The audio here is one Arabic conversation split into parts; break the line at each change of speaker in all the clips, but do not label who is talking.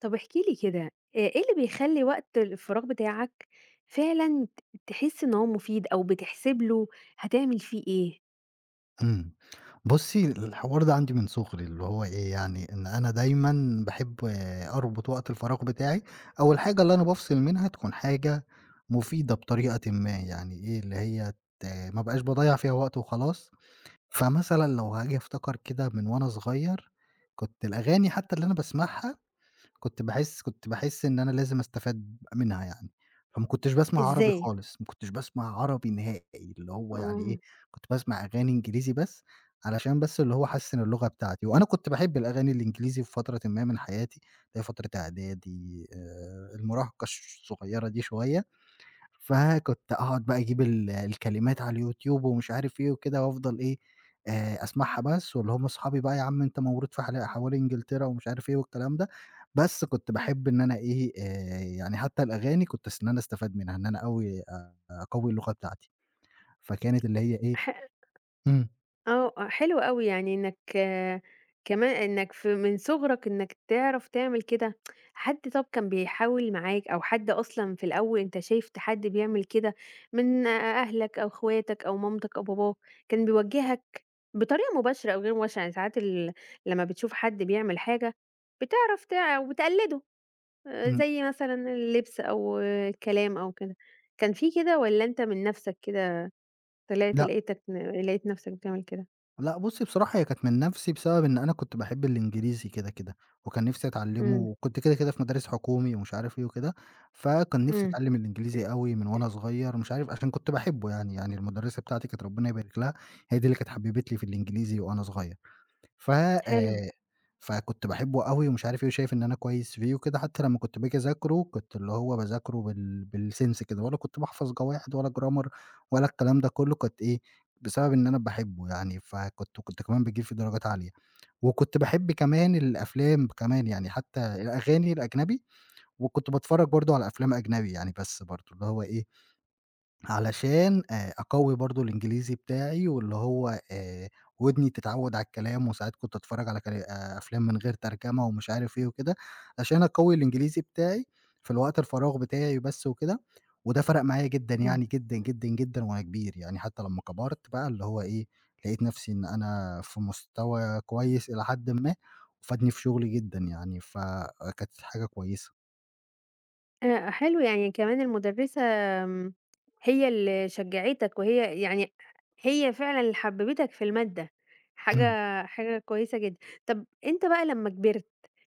طب احكِ لي كده، إيه اللي بيخلّي وقت الفراغ بتاعك فعلًا تحس إن هو مفيد أو بتحسب له هتعمل فيه إيه؟
إمم. بُصّي، الحوار ده عندي من صغري، اللي هو إيه، يعني إن أنا دايمًا باحب أربط وقت الفراغ بتاعي، أو الحاجة اللي أنا بافصل منها تكون حاجة مفيدة بطريقةٍ ما، يعني إيه، اللي هي ت ما ابقاش باضيّع فيها وقت وخلاص. فمثلًا لو هاجي أفتكر كده من وأنا صغير، كنت الأغاني حتى اللي أنا باسمعها كنت باحس إن أنا لازم أستفاد منها يعني، فما كنتش باسمع عربي
إزاي؟
خالص، ما كنتش باسمع عربي نهائي، اللي هو يعني إيه،
آه.
كنت باسمع أغاني إنجليزي بس، علشان بس اللي هو أحسّن اللغة بتاعتي، وأنا كنت باحب الأغاني الإنجليزي في فترةٍ ما من حياتي، اللي هي فترة إعدادي، المراهقة الصغيرة دي شوية. فكنت أقعد بقى أجيب ال الكلمات على اليوتيوب ومش عارف إيه وكده وأفضل إيه، أسمعها بس واللي هم أصحابي بقى يا عم أنت مولود في حل حوالي إنجلترا ومش عارف إيه والكلام ده، بس كنت باحب إن أنا إيه، يعني حتى الأغاني كنت إن أنا أستفاد منها، إن أنا أقوي اللغة بتاعتي، فكانت اللي هي إيه.
ح
إمم،
آه، آه، حلو أوي يعني إنك كمان إنك في من صغرك إنك تعرف تعمل كده، حد طَب كان بيحاول معاك أو حد أصلًا في الأول أنت شايف حد بيعمل كده من أهلك أو أخواتك أو مامتك أو باباك، كان بيوجّهك بطريقة مباشرة أو غير مباشرة؟ يعني ساعات لمّا بتشوف حد بيعمل حاجة بتعرف وتقلّده،
إمم،
زي مثلًا اللبس أو الكلام أو كده، كان في كده والّا أنت من نَفْسك كده طلعت
لأ،
لقيت نَفْسك بتعمل كده؟
لأ، بُصّي، بصراحة هي كانت من نَفْسي بسبب إن أنا كنت باحب الإنجليزي كده، كده، وكان نِفْسي أتعلّمه
إمم.
وكنت كده، كده في مدارس حكومي ومش عارف إيه وكده، فكان نِفْسي
إمم،
أتعلّم الإنجليزي أوي من وأنا صغير مش عارف عشان كنت باحبه يعني، يعني المُدرّسة بتاعتي كانت ربنا يبارك لها، هي دي اللي كانت حبّبتني في الإنجليزي وأنا صغير. ف
حلو،
فكنت باحبه أوي ومش عارف إيه، وشايف إن أنا كويس فيه وكده، حتى لمّا كنت باجي أذاكره كنت اللي هو باذاكره بال بالسنس كده، ولا كنت باحفظ قواعد ولا grammar ولا الكلام ده كله، كنت إيه، بسبب إن أنا باحبه يعني، فكنت كمان باجيب فيه درجات عالية، وكنت باحب كمان الأفلام كمان يعني، حتى الأغاني الأجنبي، وكنت باتفرج برضه على أفلام أجنبي يعني، بس برضه اللي هو إيه علشان أقوّي برضه الإنجليزي بتاعي واللي هو ودني تتعوّد على الكلام، وساعات كنت أتفرّج على كلا أفلام من غير ترجمة ومش عارف إيه وكده، عشان أقوّي الإنجليزي بتاعي في الوقت الفراغ بتاعي بس وكده، وده فرق معايا جدًا
إمم،
يعني جدًا، جدًا، جدًا وأنا كبير، يعني حتّى لمّا كبرت بقى اللي هو إيه، لقيت نَفْسي إن أنا في مستوى كويس إلى حدٍ ما، وفادني في شغلي جدًا يعني، فكانت حاجة كويسة.
حلو يعني كمان المُدرّسة آمم، هي اللي شجّعتك وهي يعني هي فعلًا اللي حبّبتك في المادة، حاجة حاجة كويسة جدًا. طَب أنت بقى لمّا كبرت،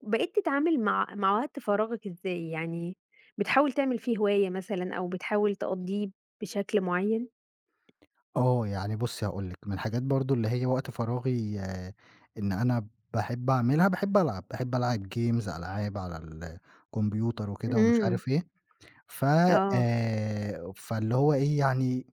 بقيت تتعامل مع وقت فراغك إزاي؟ يعني بتحاول تعمل فيه هواية مثلًا أو بتحاول تقضّيه بشكل معيّن؟
آه، يعني بُصّي، هاقول لِك، من الحاجات برضه اللي هي وقت فراغي، آه، إن أنا باحب أعملها، باحب ألعب، باحب ألعب games ألعاب على الكمبيوتر وكده ومش
إمم،
عارف إيه، ف
آه،
فاللي هو إيه يعني،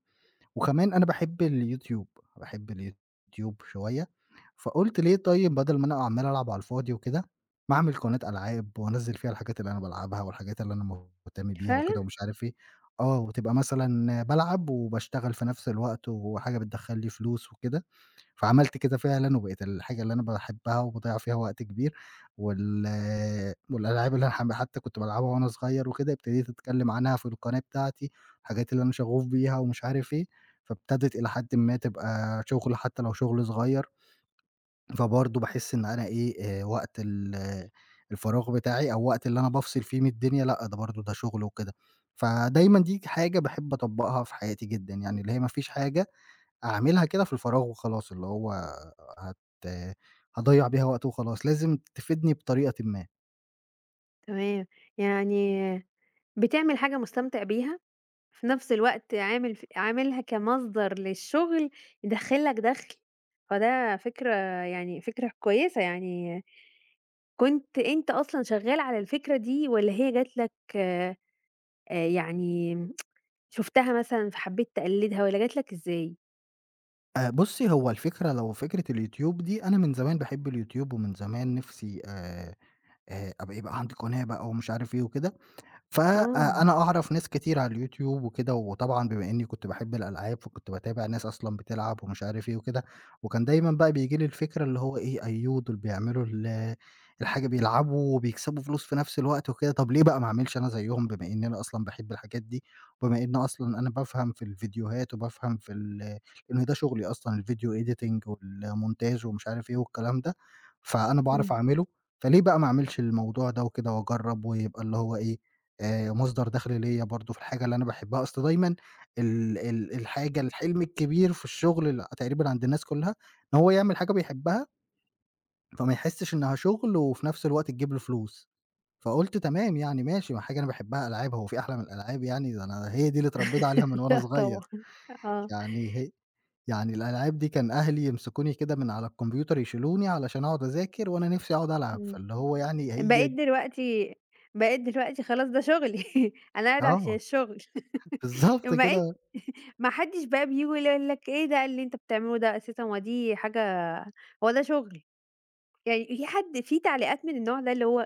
وكمان أنا باحب اليوتيوب، باحب اليوتيوب شوية، فقُلت ليه طيب بدل ما أنا عمّال ألعب على الفاضي وكده، ما أعمل قناة ألعاب وأنزّل فيها الحاجات اللي أنا بالعبها والحاجات اللي أنا مهتم بيها
فعلًا؟
وكده ومش عارف إيه، آه، وتبقى مثلًا بالعب وباشتغل في نفس الوقت وحاجة بتدخّل لي فلوس وكده. فعملت كده فعلًا وبقت الحاجة اللي أنا باحبها وباضيّع فيها وقت كبير، وال والألعاب اللي أنا حتى كنت بالعبها وأنا صغير وكده، ابتديت أتكلّم عنها في القناة بتاعتي، الحاجات اللي أنا شغوف بيها ومش عارف إيه، فابتدت إلى حدٍ ما تبقى شغل حتى لو شغل صغير، فبرضه باحس إن أنا إيه، وقت الفراغ بتاعي أو وقت اللي أنا بافصل فيه من الدنيا، لأ، ده برضه ده شغل وكده، فدايمًا دي حاجة باحب أطبّقها في حياتي جدًا، يعني اللي هي ما فيش حاجة أعملها كده في الفراغ وخلاص، اللي هو هت هاضيّع بيها وقت وخلاص، لازم تفيدني بطريقةٍ ما.
تمام، يعني بتعمل حاجة مستمتع بيها؟ في نفس الوقت عاملها كمصدر للشغل يدخّل لك دخْل، فده فكرة يعني فكرة كويسة يعني، كنت أنت أصلًا شغّال على الفكرة دي والّا هي جات لك يعني شُفتها مثلًا فحبّيت تقلّدها والّا جات لك إزاي؟
بُصّي، هو الفكرة لو فكرة اليوتيوب دي، أنا من زمان باحب اليوتيوب ومن زمان نِفْسي، يبقى عندي قناة بقى ومش عارف إيه وكده. ف
آه،
أنا أعرف ناس كتير على اليوتيوب وكده، وطبعًا بما إنّي كنت باحب الألعاب، فكنت باتابع ناس أصلًا بتلعب ومش عارف إيه وكده، وكان دايمًا بقى بييجي لي الفكرة اللي هو إيه، أيوه دول بيعملوا الحاجة، بيلعبوا وبيكسبوا فلوس في نفس الوقت وكده، طب ليه بقى ما أعملش أنا زيّهم بما إنّي أنا أصلًا باحب الحاجات دي، وبما إن أصلًا أنا بافهم في الفيديوهات وبافهم في ال لإن ده شغلي أصلًا الvideo editing والmontage ومش عارف إيه والكلام ده، فأنا باعرف
إمم.
أعمله، فليه بقى ما أعملش الموضوع ده وكده وأجرّب ويبقى اللي هو إيه مصدر دخل ليّا برضه في الحاجة اللي أنا باحبها، أصل دايمًا ال الحلم الكبير في الشغل تقريبًا عند الناس كلّها، إن هو يعمل حاجة بيحبها، فما يحسّش إنها شغل وفي نفس الوقت تجيب له فلوس، فقُلت تمام يعني ماشي، ما حاجة أنا باحبها ألعاب، هو في أحلى من الألعاب يعني؟ ده أنا هي دي اللي اتربيت عليها من وأنا
لأ
صغير،
طبعًا. آه،
يعني هي يعني الألعاب دي كان أهلي يمسكوني كده من على الكمبيوتر يشيلوني علشان أقعد أذاكر وأنا نِفْسي أقعد ألعب،
إمم.
فاللي هو يعني هي
بقيت
د
دلوقتي بقيت دلوقتي خلاص ده شغلي أنا قاعد عشان
آه،
الشغل.
بالضبط
وبقيت
كده.
ما حدش بقى بييجي يقول لك إيه ده اللي أنت بتعمله ده أساسًا هو دي حاجة هو ده شغل، يعني في حد في تعليقات من النوع ده اللي هو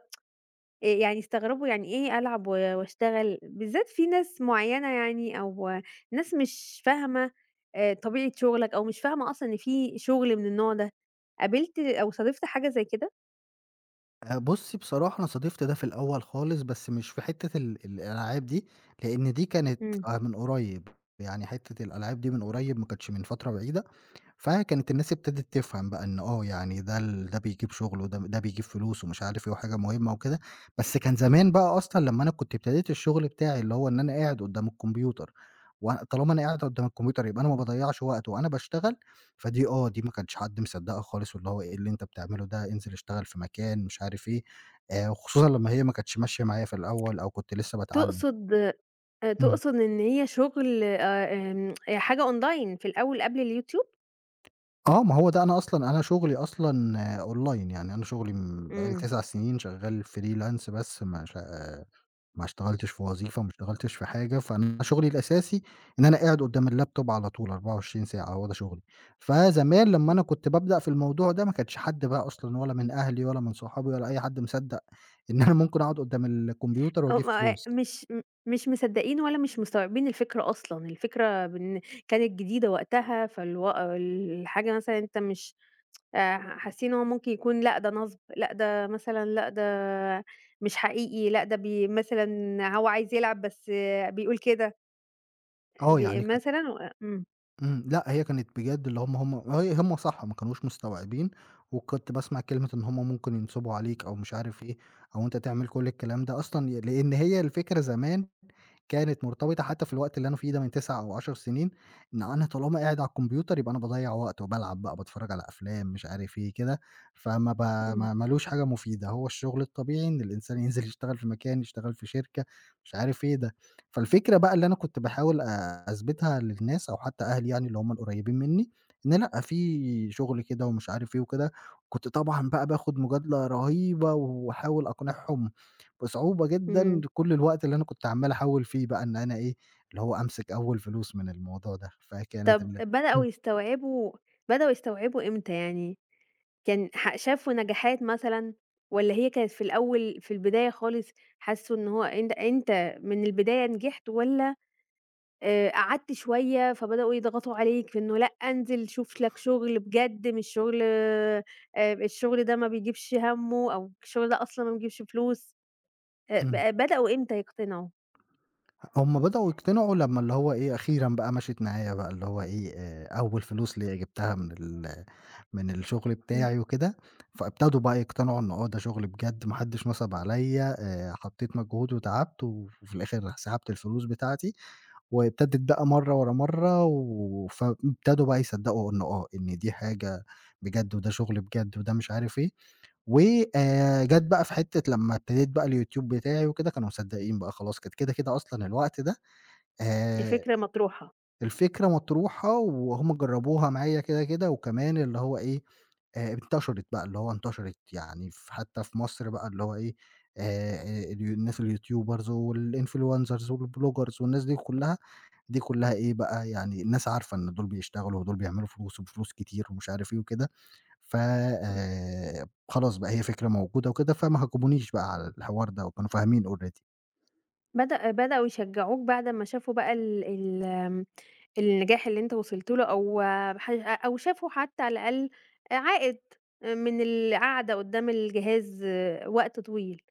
يعني يستغربوا يعني إيه ألعب وأشتغل، بالذات في ناس معيّنة يعني أو ناس مش فاهمة طبيعة شغلك أو مش فاهمة أصلًا إن في شغل من النوع ده، قابلت أو صادفت حاجة زي كده؟
بُصّي، بصراحة أنا صادفت ده في الأول خالص، بس مش في حتّة الألعاب دي، لإن دي كانت
إمم.
من قريّب، يعني حتّة الألعاب دي من قريّب ما كانتش من فترة بعيدة. فكانت الناس ابتدت تفهم بقى إن آه، يعني ده ده بيجيب شغل ده بيجيب فلوس ومش عارف إيه وحاجة مهمة وكده، بس كان زمان بقى أصلًا لمّا أنا كنت ابتديت الشغل بتاعي اللي هو إن أنا قاعد قدّام الكمبيوتر، وطالما أنا قاعد قدّام الكمبيوتر يبقى أنا ما باضيّعش وقت وأنا باشتغل، فدي آه، دي ما كانش حد مصدّقها خالص واللي هو إيه اللي أنت بتعمله ده، انزل اشتغل في مكان مش عارف إيه، وخصوصًا لمّا هي ما كانتش ماشية معايا في الأول أو كنت لسه باتعلّم.
تقصد
إمم.
تقصد إن هي شغل آمم حاجة online في الأول قبل اليوتيوب؟
آه، ما هو ده أنا أصلًا، أنا شغلي أصلًا آه، أونلاين، يعني أنا شغلي بقى لي
إمم.
9 سنين شغّال freelance، بس ما ش ما اشتغلتش في وظيفة، ما اشتغلتش في حاجة، فأنا شغلي الأساسي إن أنا قاعد قدّام اللابتوب على طول 24 ساعة، هو ده شغلي. فزمان لمّا أنا كنت بابدأ في الموضوع ده ما كانش حد بقى أصلًا ولا من أهلي ولا من صحابي ولا أي حد مصدّق إن أنا ممكن أقعد قدّام الكمبيوتر
آه،
وأجيب
ما
فلوس.
مش م مش مصدّقين ولا مش مستوعبين الفكرة أصلًا، الفكرة كانت جديدة وقتها، فالو الحاجة مثلًا أنت مش حاسين إن هو ممكن يكون لأ، ده نصب، لأ، ده مثلًا لأ، ده مش حقيقي، لأ، ده مثلًا هو عايز يلعب بس بيقول كده،
آه، يعني ك
مثلًا و إمم،
إمم، لأ، هي كانت بجد، اللي هم صح ما كانوش مستوعبين، وكنت باسمع كلمة إن هم ممكن ينصبوا عليك أو مش عارف إيه، أو أنت تعمل كل الكلام ده أصلًا لإن هي الفكرة زمان كانت مرتبطة حتى في الوقت اللي أنا فيه ده من 9 أو 10 سنين، إن أنا طالما قاعد على الكمبيوتر يبقى أنا باضيّع وقت وبالعب بقى، باتفرّج على أفلام، مش عارف إيه كده، فما ب
إمم،
ما لوش حاجة مفيدة، هو الشغل الطبيعي إن الإنسان ينزل يشتغل في مكان، يشتغل في شركة، مش عارف إيه ده. فالفكرة بقى اللي أنا كنت باحاول أثبتها للناس أو حتى أهلي، يعني اللي هم القريبين منّي، إن لأ، في شغل كده ومش عارف إيه وكده، كنت طبعًا بقى باخد مجادلة رهيبة وأحاول أقنعهم بصعوبة جدًا
إمم.
كل الوقت اللي أنا كنت عمّال أحوّل فيه بقى إن أنا إيه، اللي هو أمسك أول فلوس من الموضوع ده، فكانت
طَب
إمم،
بدأوا يستوعبوا إمتى يعني؟ كان شافوا نجاحات مثلًا، والّا هي كانت في الأول في البداية خالص حسّوا إن هو أنت من البداية نجحت، والّا قعدت شوية فبدؤوا يضغطوا عليك في إنه لأ انزل شوف لك شغل بجد مش شغل الشغل ده ما بيجيبش هَمّه أو الشغل ده أصلًا ما بيجيبش فلوس، ب
إمم،
بدؤوا إمتى يقتنعوا؟
هُم بدأوا يقتنعوا لمّا اللي هو إيه، أخيرًا بقى مشيت معايا بقى اللي هو إيه، أول فلوس ليّا جِبتها من من الشغل
إمم،
بتاعي وكده، فابتدوا بقى يقتنعوا إن آه، ده شغل بجد، ما حدش نصب عليّا، حطيت مجهود وتعبت وفي الآخر سحبت الفلوس بتاعتي. وابتدِت بقى مرّة ورا مرّة، و فابتدوا بقى يصدّقوا إنه آه، إن دي حاجة بجد وده شغل بجد وده مش عارف إيه، و جات بقى في حتّة لمّا ابتديت بقى الYouTube بتاعي وكده كانوا مصدّقين بقى خلاص، كانت كده، كده أصلًا الوقت ده، آآ
الفكرة مطروحة.
الفكرة مطروحة وهُم جرّبوها معايا كده، كده وكمان اللي هو إيه، انتشرِت بقى، اللي هو انتشرِت يعني، ف حتّى في مصر بقى اللي هو إيه، آآ الناس الYoutubers والinfluencers والbloggers والناس دي كُلّها، دي كلّها إيه بقى، يعني الناس عارفة إن دول بيشتغلوا ودول بيعملوا فلوس وبفلوس كتير ومش عارف إيه وكده، ف خلاص بقى هي فكرة موجودة وكده، فما هاجمونيش بقى على الحوار ده وكانوا فاهمين already.
بدأوا يشجعوك بعد ما شافوا بقى ال ال آمم، النجاح اللي أنت وصلت له أو ح أو شافوا حتى على الأقل عائد من القعدة قدّام الجهاز وقت طويل،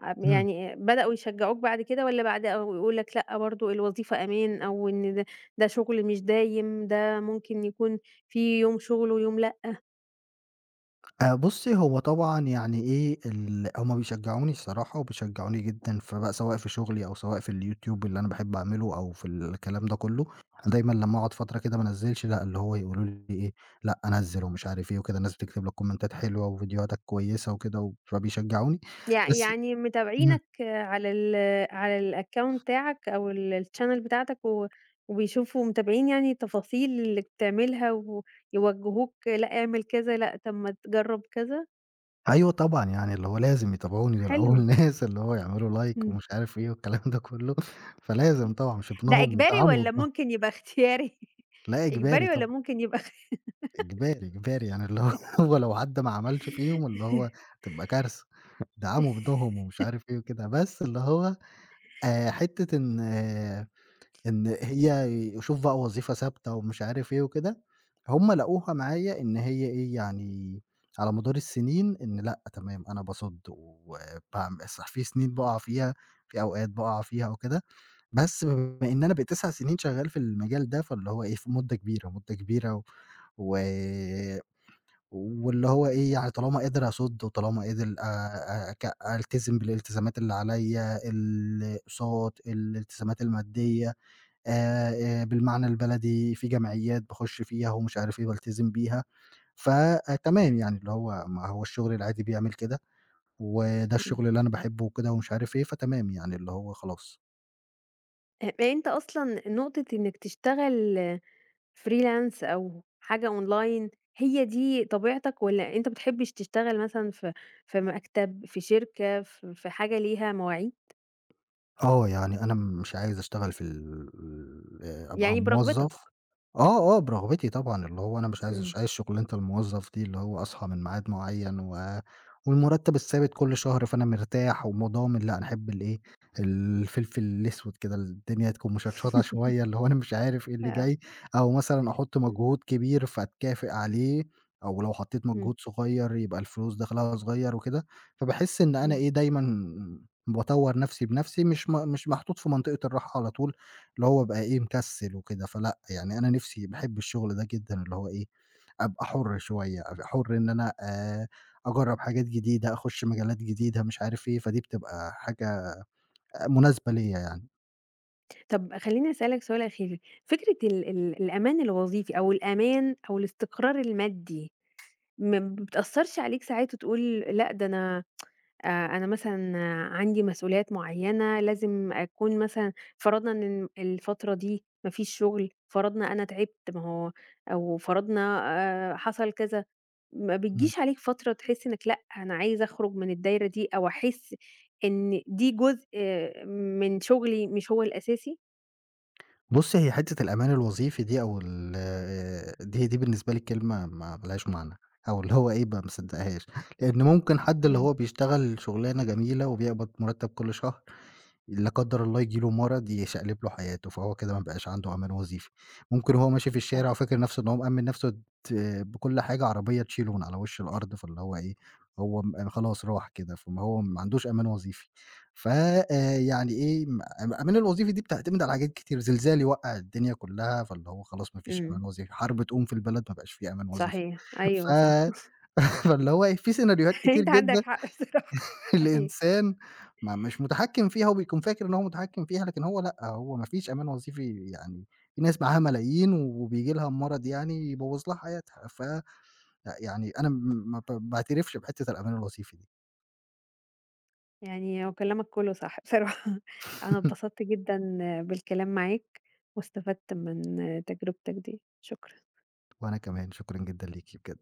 إمم.
يعني بدأوا يشجعوك بعد كده والّا بعد أو يقولوا لك لأ برضه الوظيفة أمان أو إن ده شغل مش دايم، ده ممكن يكون في يوم شغل ويوم
بُصّي، هو طبعًا يعني إيه، هم بيشجّعوني الصراحة وبيشجّعوني جدًا، فبقى سواء في شغلي أو سواء في اليوتيوب اللي أنا باحب أعمله أو في الكلام ده كُلّه، دايمًا لمّا أقعد فترة كده ما انزّلش، لأ، اللي هو يقولوا لي إيه، لأ نزّل ومش عارف إيه وكده، الناس بتكتب لك كومنتات حلوة وفيديوهاتك كويسة وكده و فبيشجّعوني، بس
يعني
إمم.
متابعينك على ال على الaccount بتاعك أو الchannel بتاعتك و وبيشوفوا متابعين يعني التفاصيل اللي بتعملها ويوجهوك لأ اعمل كذا، لأ طب ما تجرّب كذا،
أيوه طبعًا، يعني اللي هو لازم يتابعوني، دول
حلو،
أول ناس اللي هو يعملوا like
إمم.
ومش عارف إيه والكلام ده كُلّه، فلازم طبعًا مش
ده
ابنهم
إجباري
يدعموا
والّا
ابنهم،
ممكن يبقى اختياري؟
لأ، إجباري
إجباري والّا
طبعًا.
ممكن يبقى
إجباري، إجباري يعني اللي هو هو لو عدّى ما عملش فيهم اللي هو تبقى كارثة، دعموا ابنهم ومش عارف إيه وكده، بس اللي هو حتّة إن إن هي شوف بقى وظيفة ثابتة ومش عارف إيه وكده، هُم لقوها معايا إن هي إيه، يعني على مدار السنين إن لأ، تمام، أنا باصُد وباعم صح في سنين باقع فيها، في أوقات باقع فيها وكده، بس بما إن أنا بقيت 9 سنين شغّال في المجال ده، فاللي هو إيه، في مدة كبيرة، مدة كبيرة، و واللي هو إيه، يعني طالما قادر أصُد وطالما قادر ك ألتزم بالالتزامات اللي عليّا، الأقساط، الالتزامات المادية، آآ بالمعنى البلدي في جمعيات باخُش فيها ومش عارف إيه بالتزم بيها، فتمام يعني اللي هو ما هو الشغل العادي بيعمل كده، وده
إمم.
الشغل اللي أنا باحبه وكده ومش عارف إيه، فتمام يعني اللي هو خلاص.
أنت أصلًا نقطة إنك تشتغل freelance أو حاجة online هي دي طبيعتك والّا أنت ما بتحبش تشتغل مثلًا في في مكتب، في شركة، في حاجة ليها مواعيد؟
آه، يعني أنا مش عايز أشتغل في ال أبقى
يعني برغبتك.
موظف. آه، آه، برغبتي طبعًا، اللي هو أنا
إمم.
مش عايز شُغلانة الموظف دي، اللي هو أصحى من ميعاد معيّن، والمُرتّب الثابت كل شهر، فأنا مرتاح ومضامن، لأ، أنا أحب الإيه، الفلفل الأسود كده، الدنيا تكون مشطشطة شوية، اللي هو أنا مش عارف إيه اللي
آه.
جاي، أو مثلًا أحُط
إمم،
مجهود كبير فأتكافئ عليه، أو لو حطيت
إمم،
مجهود صغير يبقى الفلوس دخلها صغير وكده، فباحس إن أنا
إمم.
إيه، دايمًا باطوّر نَفْسي بنَفْسي، مش محطوط في منطقة الراحة على طول، اللي هو أبقى إيه، مكسِّل وكده، فلأ، يعني أنا نِفْسي باحب الشغل ده جدًا، اللي هو إيه، أبقى حُر شوية، أبقى حُر إن أنا أجرّب حاجات جديدة، أخُش مجالات جديدة، مش عارف إيه، فدي بتبقى حاجة مناسبة ليّا يعني.
طب خلّيني أسألك سؤال أخير، فكرة ال ال الأمان الوظيفي أو الأمان أو الاستقرار المادي ما بتأثّرش عليك ساعات وتقول لأ ده آآ أنا مثلًا عندي مسؤوليات معيّنة لازم أكون مثلًا فرضنا إن الفترة دي ما فيش شغل، فرضنا أنا تعبت ما هو أو فرضنا حصل كذا، ما
إمم.
بتجيش عليك فترة تحس إنك لأ، أنا عايزة أخرج من الدايرة دي أو أحس إن دي جزء من شغلي مش هو الأساسي؟
بُصّي، هي حتّة الأمان الوظيفي دي أو ال آه، دي بالنسبة لي كلمة ما لهاش معنى، أو اللي هو إيه، ما باصدّقهاش، لإن ممكن حد اللي
إمم،
هو بيشتغل شُغلانة جميلة وبيقبض مُرتَّب كل شهر لا قدّر الله ييجي له مرض يشقلب له حياته، فهو كده ما بقاش عنده أمان وظيفي. ممكن وهو ماشي في
صح،
الشارع وفاكر نَفْسه إن هو مأمِّن نَفْسه ت بكل حاجة، عربية تشيله من على وِش الأرض، فاللي هو إيه، هو يعني خلاص راح كده، فما هو ما عندوش أمان وظيفي. ف يعني إيه، الأمان الوظيفي دي بتعتمد على حاجات كتير، زلزال يوقّع الدنيا كُلّها، فاللي هو خلاص ما فيش
إمم،
أمان وظيفي، حرب تقوم في البلد ما بقاش في أمان وظيفي.
صحيح،
ف
أيوه صح،
فاللي هو إيه، في سيناريوهات كتير
أنت عندك
جدًا
حق بصراحة، أيوه.
الإنسان ما مش متحكم فيها، هو بيكون فاكر إن هو متحكم فيها، لكن هو لأ، هو ما فيش أمان وظيفي يعني، في ناس معاها ملايين وبييجي لها مرض يعني يبوّظ لها حياتها، ف لأ، يعني أنا م ما ب باعترفش بحتّة الأمان الوظيفي دي.
يعني هو كلامك كله صح بصراحة أنا اتبسطت جدًا بالكلام معاك واستفدت من تجربتك دي، شكرًا.
وأنا كمان، شكرًا جدًا ليكِ بجد.